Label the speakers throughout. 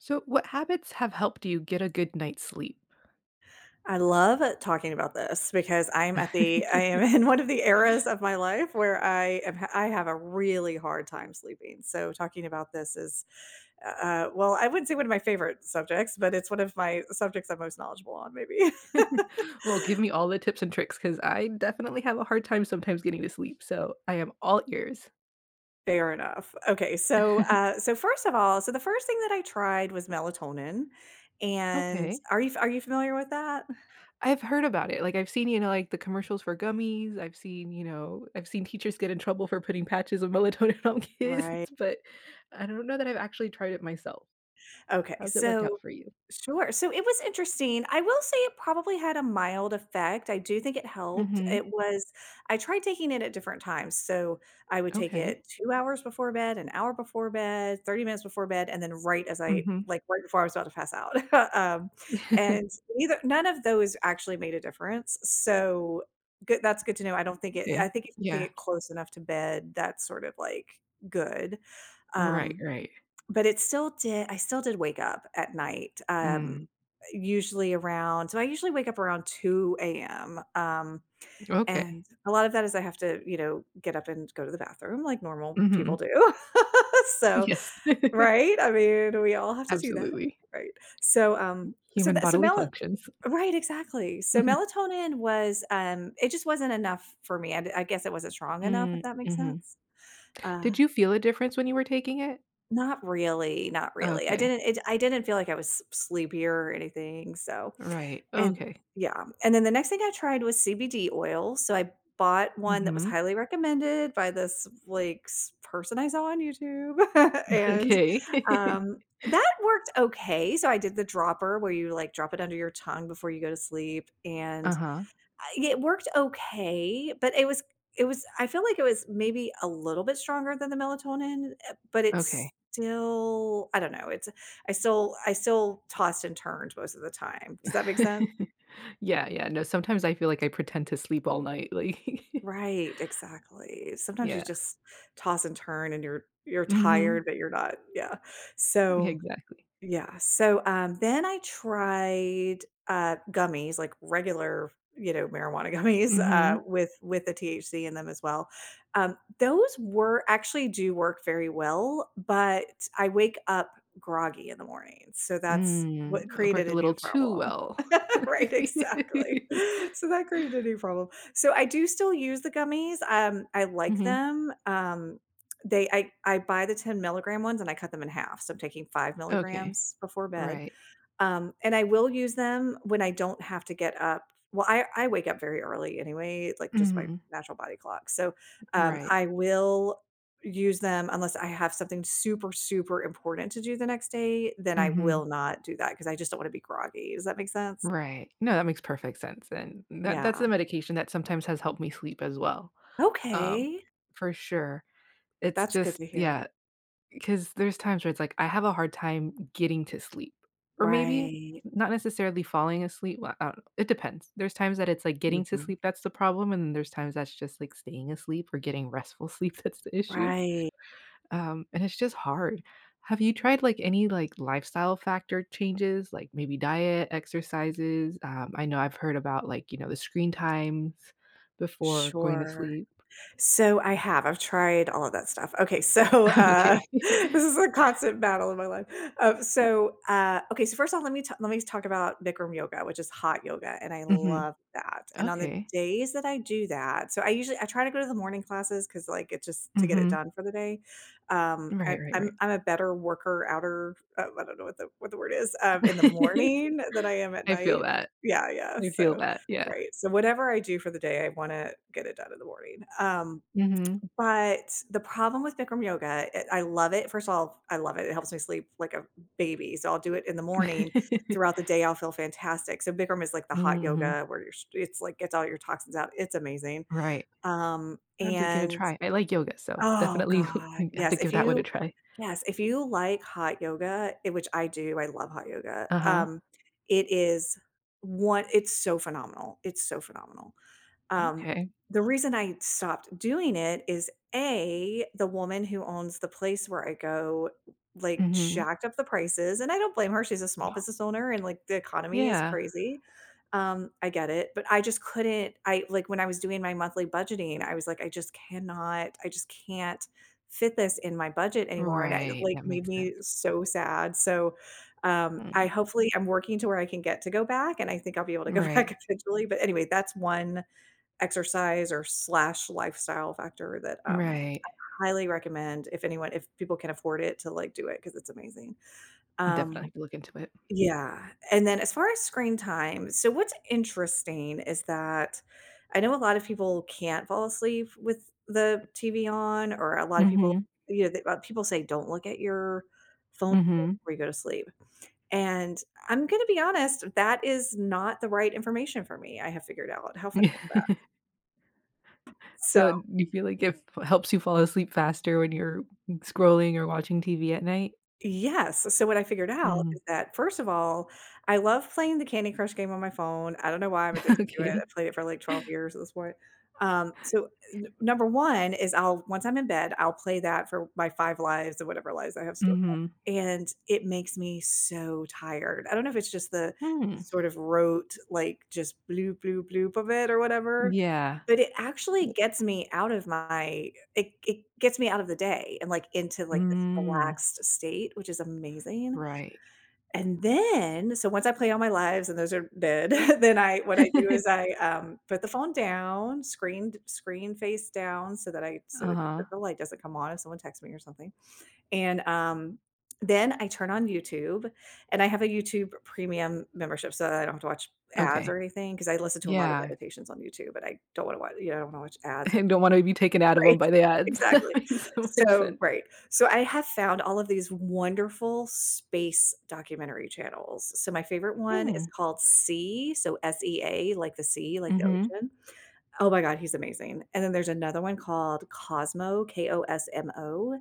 Speaker 1: So, what habits have helped you get a good night's sleep?
Speaker 2: I love talking about this because I'm at the I am in one of the eras of my life where I have a really hard time sleeping, so talking about this is, well, I wouldn't say one of my favorite subjects, but it's one of my subjects I'm most knowledgeable on maybe.
Speaker 1: Give me all the tips and tricks because I definitely have a hard time sometimes getting to sleep. So, I am all ears.
Speaker 2: Fair enough. Okay, so, uh, so first of all so the first thing that I tried was melatonin, and
Speaker 1: Okay.
Speaker 2: are you familiar with that?
Speaker 1: I've heard about it, like, I've seen, like, the commercials for gummies, I've seen, I've seen teachers get in trouble for putting patches of melatonin on kids,
Speaker 2: Right.
Speaker 1: but I don't know that I've actually tried it myself.
Speaker 2: Okay,
Speaker 1: How's it worked out
Speaker 2: so
Speaker 1: for you?
Speaker 2: sure. So it was interesting. I will say it probably had a mild effect. I do think it helped.
Speaker 1: Mhm.
Speaker 2: It was I tried taking it at different times. So I would take
Speaker 1: Okay.
Speaker 2: it 2 hours before bed, an hour before bed, 30 minutes before bed, and then
Speaker 1: Mhm.
Speaker 2: right before I was about to pass out. Um, and neither none of those actually made a difference. So good, that's good to know. I
Speaker 1: Okay.
Speaker 2: think if you take
Speaker 1: Yeah.
Speaker 2: it close enough to bed, that's sort of like good.
Speaker 1: Right,
Speaker 2: Um,
Speaker 1: right.
Speaker 2: but it still did I still did wake up at night,
Speaker 1: Mm.
Speaker 2: usually around so I usually wake up around 2 a.m.,
Speaker 1: Okay.
Speaker 2: and a lot of that is I have to, you know, get up and go to the bathroom like normal people
Speaker 1: Mhm.
Speaker 2: do. So
Speaker 1: Yes.
Speaker 2: right? I mean, we all have to do that,
Speaker 1: Absolutely.
Speaker 2: right? So, so
Speaker 1: Human
Speaker 2: that so
Speaker 1: bodily
Speaker 2: melo
Speaker 1: functions.
Speaker 2: right, exactly. So melatonin was, it just wasn't enough for me. I guess it wasn't strong enough, if
Speaker 1: Mm.
Speaker 2: that makes
Speaker 1: Mhm.
Speaker 2: sense. Uh,
Speaker 1: Did you feel a difference when you were taking it?
Speaker 2: not really, not really.
Speaker 1: Okay.
Speaker 2: I didn't feel like I was s sleepier or anything, so
Speaker 1: Right.
Speaker 2: and
Speaker 1: Okay.
Speaker 2: yeah. And then the next thing I tried was CBD oil, so I bought one that was
Speaker 1: Mhm.
Speaker 2: highly recommended by this, like, s person I saw on YouTube, and,
Speaker 1: Okay.
Speaker 2: that worked okay. So I did the dropper where you, like, drop it under your tongue before you go to sleep, and
Speaker 1: Uh-huh,
Speaker 2: it worked okay, but it was I feel like it was maybe a little bit stronger than the melatonin, eh, but
Speaker 1: okay.
Speaker 2: it's still I don't know, it's I still tossed and turned most of the time. Does that make sense?
Speaker 1: Yeah, yeah, no, sometimes I feel like I pretend to sleep all night, like
Speaker 2: Right, exactly. Sometimes you
Speaker 1: yeah,
Speaker 2: just toss and turn and you're tired,
Speaker 1: mhm,
Speaker 2: but you're not, yeah. So
Speaker 1: exactly.
Speaker 2: yeah, so, then I tried, gummies, like regular, you know, marijuana gummies,
Speaker 1: Mhm.
Speaker 2: with the THC in them as well. Those were actually do work very well, but I wake up groggy in the morning, so that's what
Speaker 1: Mm, I
Speaker 2: created
Speaker 1: work a
Speaker 2: a
Speaker 1: little
Speaker 2: new
Speaker 1: too
Speaker 2: problem.
Speaker 1: well.
Speaker 2: Right, exactly. So that created a new problem. So I do still use the gummies, I like
Speaker 1: Mhm,
Speaker 2: them, they I buy the 10 milligram ones and I cut them in half, so I'm taking 5
Speaker 1: okay,
Speaker 2: milligrams before bed,
Speaker 1: right.
Speaker 2: and I will use them when I don't have to get up. Well, I wake up very early anyway, like, just my
Speaker 1: Mhm,
Speaker 2: natural body clock, so,
Speaker 1: right.
Speaker 2: I will use them unless I have something super, super important to do the next day. Then I will
Speaker 1: Mhm,
Speaker 2: not do that because I just don't wanna be groggy. Does that make sense?
Speaker 1: right. No, that makes perfect sense, and that's
Speaker 2: Yeah.
Speaker 1: the medication that sometimes has helped me sleep as well, um,
Speaker 2: Okay.
Speaker 1: for sure. It's
Speaker 2: That's good
Speaker 1: just
Speaker 2: to hear.
Speaker 1: yeah, 'cause there's times where it's like, I have a hard time getting to sleep, or maybe
Speaker 2: Right.
Speaker 1: not necessarily falling asleep, well, I don't know, it depends. There's times that it's, like, getting to
Speaker 2: Mhm.
Speaker 1: sleep that's the problem, and then there's times that's just, like, staying asleep or getting restful sleep that's the issue,
Speaker 2: Right.
Speaker 1: and it's just hard. Have you tried, like, any, like, lifestyle factor changes, like, maybe diet, exercises? I know I've heard about, like, the screen times before going to
Speaker 2: Sure.
Speaker 1: sleep.
Speaker 2: So I've tried all of that stuff. Okay, so,
Speaker 1: Okay.
Speaker 2: this is a constant battle in my life. So first off, let me talk about Bikram yoga, which is hot yoga, and I
Speaker 1: Mhm.
Speaker 2: love that, and on the
Speaker 1: Okay.
Speaker 2: days that I do that, so I usually I try to go to the morning classes because, like, it just to get it
Speaker 1: Mhm.
Speaker 2: done for the day. I
Speaker 1: Right, right,
Speaker 2: I'm
Speaker 1: right.
Speaker 2: I'm a better worker outer, I don't know what the word is, in the morning than I am at
Speaker 1: I feel
Speaker 2: night.
Speaker 1: that.
Speaker 2: Yeah, yeah,
Speaker 1: I feel
Speaker 2: so
Speaker 1: that, yeah.
Speaker 2: right, so whatever I do for the day, I wanna get it done in the morning, um,
Speaker 1: Mhm.
Speaker 2: but the problem with Bikram yoga, it I love it. First of all, I love it. It helps me sleep like a baby, so I'll do it in the morning.
Speaker 1: Mhm.
Speaker 2: Throughout the day, I'll feel fantastic. So Bikram is like the hot yoga where you're sh it's like gets all your toxins out. It's amazing.
Speaker 1: Right. I have to give it a
Speaker 2: And
Speaker 1: try. I like yoga, so
Speaker 2: oh
Speaker 1: definitely
Speaker 2: god,
Speaker 1: have to give that one a try.
Speaker 2: yes, if you like hot yoga, eh, which I do, I love hot yoga.
Speaker 1: Uh-huh.
Speaker 2: It is one it's so phenomenal. It's so phenomenal. Um,
Speaker 1: Okay.
Speaker 2: the reason I stopped doing it is A, the woman who owns the place where I go, like,
Speaker 1: Mhm.
Speaker 2: jacked up the prices, and I don't blame her, she's a small business owner and, like, the economy is
Speaker 1: Yeah.
Speaker 2: crazy. I get it, but I just couldn't I, like, when I was doing my monthly budgeting, I was like, "I just cannot, I just can't fit this in my budget anymore," and it,
Speaker 1: Right,
Speaker 2: like,
Speaker 1: that
Speaker 2: made
Speaker 1: makes
Speaker 2: me
Speaker 1: sense.
Speaker 2: so sad. So, I
Speaker 1: Mm.
Speaker 2: hopefully I'm working to where I can get to go back, and I think I'll be able to go back
Speaker 1: Right.
Speaker 2: eventually, but anyway, that's one exercise or slash lifestyle factor that,
Speaker 1: Right.
Speaker 2: highly recommend if anyone if people can afford it to, like, do it because it's amazing.
Speaker 1: I definitely
Speaker 2: Um,
Speaker 1: have to look into it.
Speaker 2: yeah, and then as far as screen time, so what's interesting is that I know a lot of people can't fall asleep with the TV on, or a lot of people,
Speaker 1: Mhm.
Speaker 2: you know, they people say, "Don't look at your phone
Speaker 1: Mhm.
Speaker 2: before you go to sleep," and I'm gonna be honest, that is not the right information for me, I have figured out. How fun is that? So,
Speaker 1: So, do you feel like it f helps you fall asleep faster when you're scrolling or watching TV at night?
Speaker 2: yes, so what I figured out
Speaker 1: Mhm.
Speaker 2: is that, first of all, I love playing the Candy Crush game on my phone, I don't know why I'm addicted to it,
Speaker 1: Okay.
Speaker 2: I played it for, like, 12 years at this point. So, n number 1 is I'll once I'm in bed, I'll play that for my 5 lives or whatever lives I have
Speaker 1: Mhm.
Speaker 2: stored up,
Speaker 1: Hmm, okay.
Speaker 2: and it makes me so tired. I don't know if it's just the
Speaker 1: Hmm.
Speaker 2: sort of rote, like, just bloop, bloop, bloop of it or whatever,
Speaker 1: Yeah.
Speaker 2: but it actually
Speaker 1: Like
Speaker 2: gets me out of my it gets me out of the day and, like, into, like, this
Speaker 1: mm,
Speaker 2: relaxed state, which is amazing.
Speaker 1: right.
Speaker 2: And then, so once I play all my lives and those are dead, then I what I do is put the phone down, screen face down so that
Speaker 1: Uh-huh.
Speaker 2: the light doesn't come on if someone texts me or something. And, then I turn on YouTube, and I have a YouTube Premium membership so that I don't have to watch ads or
Speaker 1: Okay.
Speaker 2: anything. Because I listen to a lot of
Speaker 1: Yeah.
Speaker 2: meditations on YouTube, but I don't wanna watch, you know, I don't wanna watch ads
Speaker 1: I don't wanna be taken out of them
Speaker 2: right.
Speaker 1: by the ads. That
Speaker 2: Exactly.
Speaker 1: makes so much
Speaker 2: So
Speaker 1: sense.
Speaker 2: right. So I have found all of these wonderful space documentary channels. So my favorite one is
Speaker 1: Hmm.
Speaker 2: called SEA, so SEA, like the sea, like the
Speaker 1: Mhm.
Speaker 2: ocean. Oh my god, he's amazing. And then there's another one called Cosmo, KOSMO,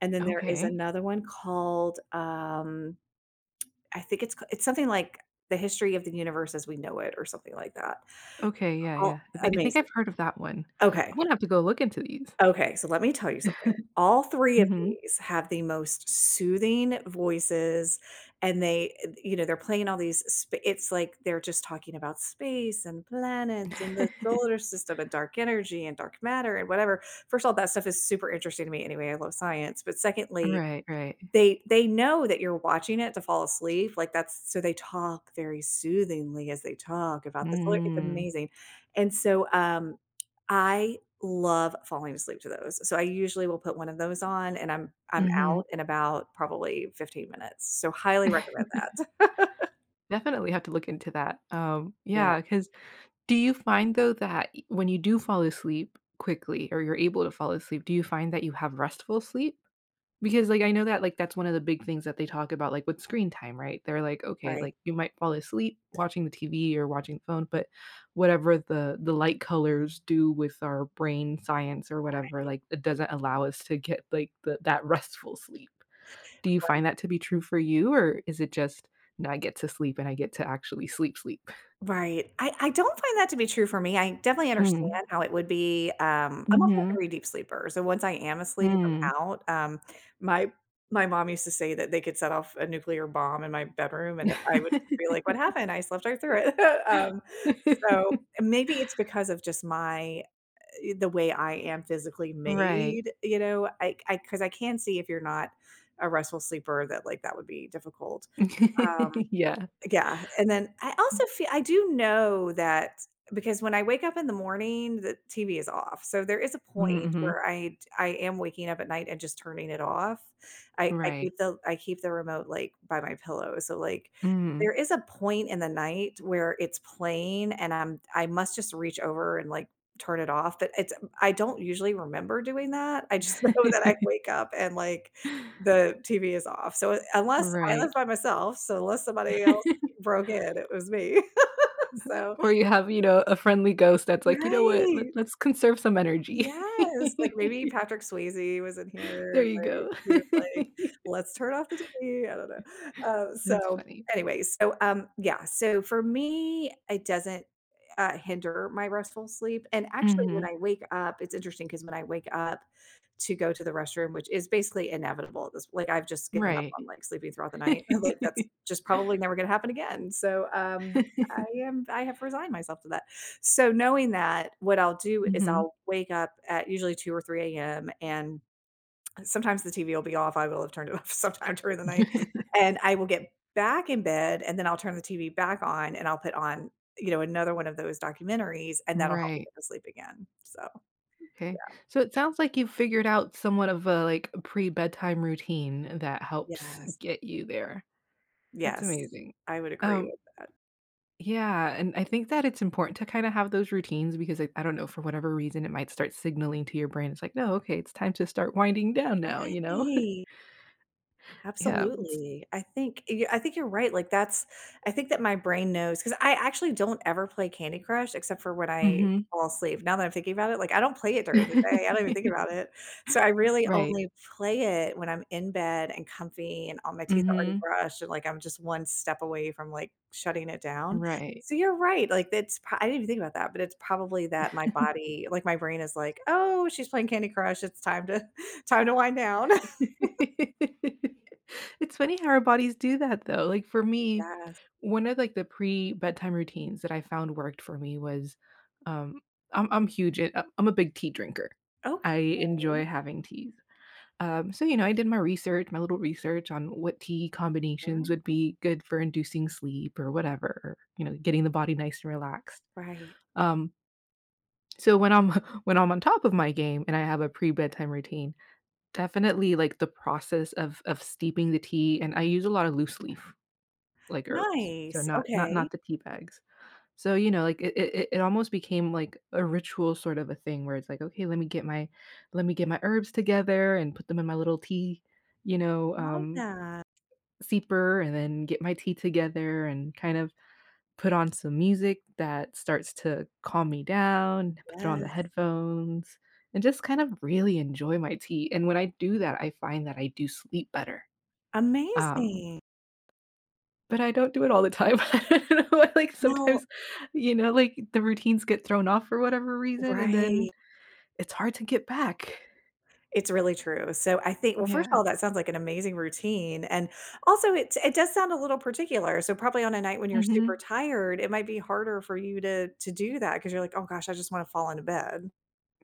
Speaker 2: and then there is
Speaker 1: Okay.
Speaker 2: another one called, I think it's something like The History of the Universe as We Know It or something like that.
Speaker 1: Okay, yeah,
Speaker 2: Oh,
Speaker 1: yeah. I think
Speaker 2: amazing.
Speaker 1: I've heard of that one. I'm
Speaker 2: Okay.
Speaker 1: gonna have to go look into these.
Speaker 2: Okay, so let me tell you something. All 3 of
Speaker 1: Mhm.
Speaker 2: these have the most soothing voices, and they, eh, you know, they're playing all these sp it's like they're just talking about space and planets and the solar system and dark energy and dark matter and whatever. First of all, that stuff is super interesting to me anyway, I love science, but secondly,
Speaker 1: Right, right.
Speaker 2: they know that you're watching it to fall asleep, like, that's so they talk very soothingly as they talk about this, like, it's
Speaker 1: Mm.
Speaker 2: amazing, and so, I love falling asleep to those, so I usually will put one of those on, and I'm
Speaker 1: Mhm.
Speaker 2: out in about probably 15 minutes, so highly recommend that.
Speaker 1: Definitely have to look into that.
Speaker 2: Yeah,
Speaker 1: Yeah, because do you find though that y- when you do fall asleep quickly or you're able to fall asleep, do you find that you have restful sleep? Because like I know that like that's one of the big things that they talk about like with screen time, right? They're like, okay,
Speaker 2: right,
Speaker 1: like you might fall asleep watching the TV or watching the phone, but whatever the light colors do with our brain science or whatever, like it doesn't allow us to get like the, that restful sleep. Do you
Speaker 2: right.
Speaker 1: find that to be true for you or is it just no, I get to sleep and I get to actually sleep sleep?
Speaker 2: Right. I don't find that to be true for me. I definitely Mm.
Speaker 1: Mm.
Speaker 2: understand how it would be, um, I'm also a
Speaker 1: Mhm.
Speaker 2: very deep sleeper, so once I am asleep,
Speaker 1: Mm.
Speaker 2: I'm out. My my mom used to say that they could set off a nuclear bomb in my bedroom, and I would be like, "What happened? I slept right through it." Um, so maybe it's because of just my, eh, the way I am physically
Speaker 1: Right.
Speaker 2: made, you know? I because I 'Cause I can see if you're not a restful sleeper that, like, that would be difficult. Um
Speaker 1: Yeah.
Speaker 2: yeah, and then I also feel I do know that because when I wake up in the morning, the TV is off, so there is a point
Speaker 1: Mhm.
Speaker 2: where I am waking up at night and just turning it off. I
Speaker 1: Right.
Speaker 2: keep the I keep the remote, like, by my pillow, so, like,
Speaker 1: Mhm.
Speaker 2: there is a point in the night where it's playing and I must just reach over and, like, turn it off, but it's I don't usually remember doing that, I just know that I wake up and, like, the TV is off, so unless I live
Speaker 1: Right.
Speaker 2: by myself, so unless somebody else broke in, it was me. So
Speaker 1: Or you have, you know, a friendly ghost that's like, "You know what?
Speaker 2: right.
Speaker 1: Let's conserve some energy."
Speaker 2: Yes, like, maybe Patrick Swayze was in here
Speaker 1: There
Speaker 2: and,
Speaker 1: you
Speaker 2: like,
Speaker 1: go.
Speaker 2: he was like, "Let's turn off the TV." I don't know. Uh,
Speaker 1: That's
Speaker 2: so
Speaker 1: funny.
Speaker 2: anyway, yeah, so for me, it doesn't, hinder my restful sleep, and actually, when
Speaker 1: Mhm.
Speaker 2: I wake up it's interesting because when I wake up to go to the restroom, which is basically inevitable at this like, I've just given up
Speaker 1: Right.
Speaker 2: on, like, sleeping throughout the night. Like, that's just probably never gonna happen again. I have resigned myself to that. So, knowing that, what I'll do is
Speaker 1: Mhm.
Speaker 2: I'll wake up at usually 2 or 3 a.m., and sometimes the TV will be off, I will have turned it off sometime during the night, and I will get back in bed, and then I'll turn the TV back on, and I'll put on, you know, another one of those documentaries, and that'll help me
Speaker 1: Right.
Speaker 2: get to sleep again. So,
Speaker 1: Okay. So it sounds like you've figured out somewhat of a, like, pre-bedtime routine that helps
Speaker 2: yes.
Speaker 1: get you there. That's
Speaker 2: Yes,
Speaker 1: amazing.
Speaker 2: I would agree
Speaker 1: Um,
Speaker 2: with that.
Speaker 1: yeah, and I think that it's important to kinda have those routines because, I don't know, for whatever reason, it might start signaling to your brain, it's like, "No, okay, it's time to start winding down now," you know?
Speaker 2: Right.
Speaker 1: Yeah, it's
Speaker 2: Absolutely. I think you're right, like, that's I think that my brain knows because I actually don't ever play Candy Crush except for when I
Speaker 1: mhm.
Speaker 2: fall asleep. Now that I'm thinking about it, like, I don't play it during the day, I don't even think about it. So, I really
Speaker 1: Right.
Speaker 2: only play it when I'm in bed and comfy and all my teeth are already
Speaker 1: Mhm.
Speaker 2: brushed and, like, I'm just 1 step away from, like, shutting it down.
Speaker 1: Right.
Speaker 2: So, you're right, like, it's pro I didn't even think about that, but it's probably that my body like, my brain is like, "Oh, she's playing Candy Crush, it's time to time to wind down."
Speaker 1: It's funny how our bodies do that though. Like for me,
Speaker 2: Yes.
Speaker 1: one of like the pre-bedtime routines that I found worked for me was, um, I'm huge in I'm a big tea drinker.
Speaker 2: Okay.
Speaker 1: I enjoy having teas. So you know, I did my research, my little research on what tea combinations
Speaker 2: Right,
Speaker 1: would be good for inducing sleep or whatever, or, you know, getting the body nice and relaxed.
Speaker 2: right.
Speaker 1: Um, so when I'm when I'm on top of my game and I have a pre-bedtime routine, definitely, like, the process of steeping the tea, and I use a lot of loose leaf, like, herbs, so
Speaker 2: Nice, okay.
Speaker 1: not the tea bags. So, you know, like, it almost became, like, a ritual sort of a thing where it's like, "Okay, let me get my herbs together and put them in my little tea, you know,
Speaker 2: Love that.
Speaker 1: siepper and then get my tea together," and kind of put on some music that starts to calm me down, put on the
Speaker 2: Yes,
Speaker 1: headphones, and just kind of really enjoy my tea, and when I do that, I find that I do sleep better, um,
Speaker 2: amazing.
Speaker 1: but I don't do it all the time. I don't know, like,
Speaker 2: Well
Speaker 1: sometimes, you know, like, the routines get thrown off for whatever reason, and
Speaker 2: right.
Speaker 1: then it's hard to get back.
Speaker 2: It's really true. So I think well, first of
Speaker 1: Yeah.
Speaker 2: all, that sounds like an amazing routine, and also it does sound a little particular, so probably on a night when you're super
Speaker 1: Mhm.
Speaker 2: tired, it might be harder for you to do that because 'cause you're like, "Oh gosh, I just wanna fall into bed."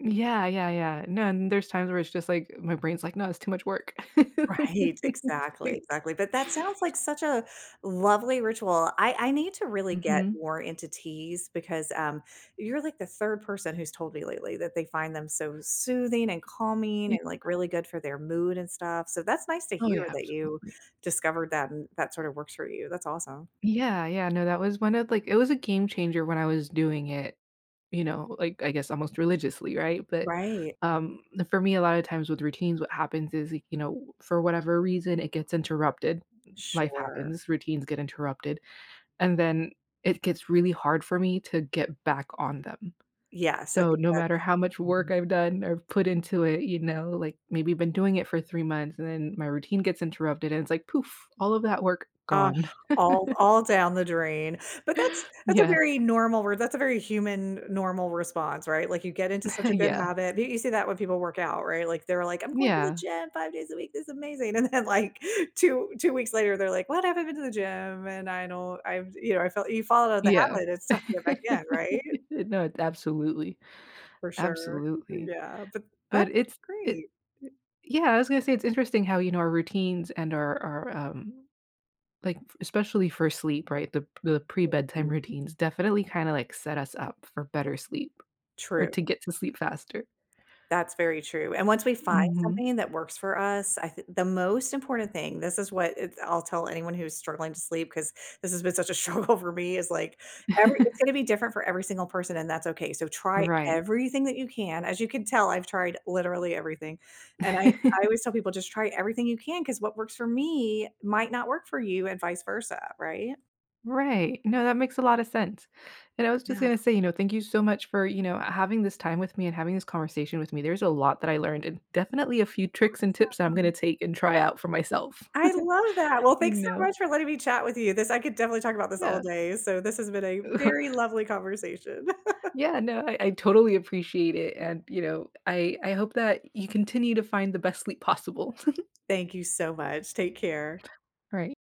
Speaker 1: Yeah, yeah, yeah. No, and there's times where it's just like my brain's like, "No, it's too much work."
Speaker 2: Right,
Speaker 1: It's
Speaker 2: exactly,
Speaker 1: like
Speaker 2: exactly, but that sounds like such a lovely ritual. I need to really get
Speaker 1: mhm.
Speaker 2: more into teas because, you're like the 3rd person who's told me lately that they find them so soothing and calming and, like, really good for their mood and stuff, so that's nice to
Speaker 1: Oh, yeah,
Speaker 2: hear that you
Speaker 1: absolutely.
Speaker 2: discovered that and that sort of works for you, that's awesome.
Speaker 1: Yeah, yeah, no, that was one of like it was a game changer when I was doing it, you know, like, I guess almost religiously, right? But,
Speaker 2: Right.
Speaker 1: um, for me, a lot of times with routines, what happens is, like, you know, for whatever reason, it gets interrupted. Life
Speaker 2: Sure.
Speaker 1: happens, routines get interrupted, and then it gets really hard for me to get back on them.
Speaker 2: Yes, I
Speaker 1: So,
Speaker 2: think
Speaker 1: no matter how much work
Speaker 2: that's
Speaker 1: I've done or put into it, you know, like, maybe been doing it for three months, and then my routine gets interrupted, and it's like, poof, all of that work
Speaker 2: ah,
Speaker 1: gone.
Speaker 2: all down the drain. But that's a
Speaker 1: Yeah,
Speaker 2: very normal re that's a very human normal response, right? Like, you get into such a good
Speaker 1: yeah.
Speaker 2: habit you see that when people work out, right? Like, they're like, "I'm going to the
Speaker 1: Yeah,
Speaker 2: gym 5 days a week, this is amazing," and then, like, 2 weeks later, they're like, "What? I haven't been to the gym, and I don't I've" you know, I felt you fall out of the
Speaker 1: yeah.
Speaker 2: habit, it's tough to get back in, right?
Speaker 1: No, it- absolutely,
Speaker 2: For sure.
Speaker 1: absolutely.
Speaker 2: Yeah, but
Speaker 1: But
Speaker 2: that's
Speaker 1: it's it
Speaker 2: great.
Speaker 1: yeah, I was gonna say it's interesting how, you know, our routines and our, like, f- especially for sleep, right? The pre-bedtime routines definitely kinda, like, set us up for better sleep or
Speaker 2: True.
Speaker 1: to get to sleep faster.
Speaker 2: That's very true, and once we find
Speaker 1: Mhm.
Speaker 2: something that works for us, I th the most important thing this is what it's I'll tell anyone who's struggling to sleep because this has been such a struggle for me is, like, every it's gonna be different for every single person, and that's okay, so try
Speaker 1: Right.
Speaker 2: everything that you can. As you can tell, I've tried literally everything, and I always tell people, "Just try everything you can because what works for me might not work for you and vice versa," right?
Speaker 1: Right. No, that makes a lot of sense. And I was just
Speaker 2: Yeah.
Speaker 1: going to say, you know, thank you so much for, you know, having this time with me and having this conversation with me. There's a lot that I learned and definitely a few tricks and tips that I'm going to take and try out for myself.
Speaker 2: I love that. Well,
Speaker 1: You
Speaker 2: thanks so
Speaker 1: know.
Speaker 2: much for letting me chat with you. This I could definitely talk about this all
Speaker 1: Yeah.
Speaker 2: day. So this has been a very lovely conversation.
Speaker 1: Yeah, no, I totally appreciate it. And, you know, I hope that you continue to find the best sleep possible.
Speaker 2: Thank you so much. Take care.
Speaker 1: Right.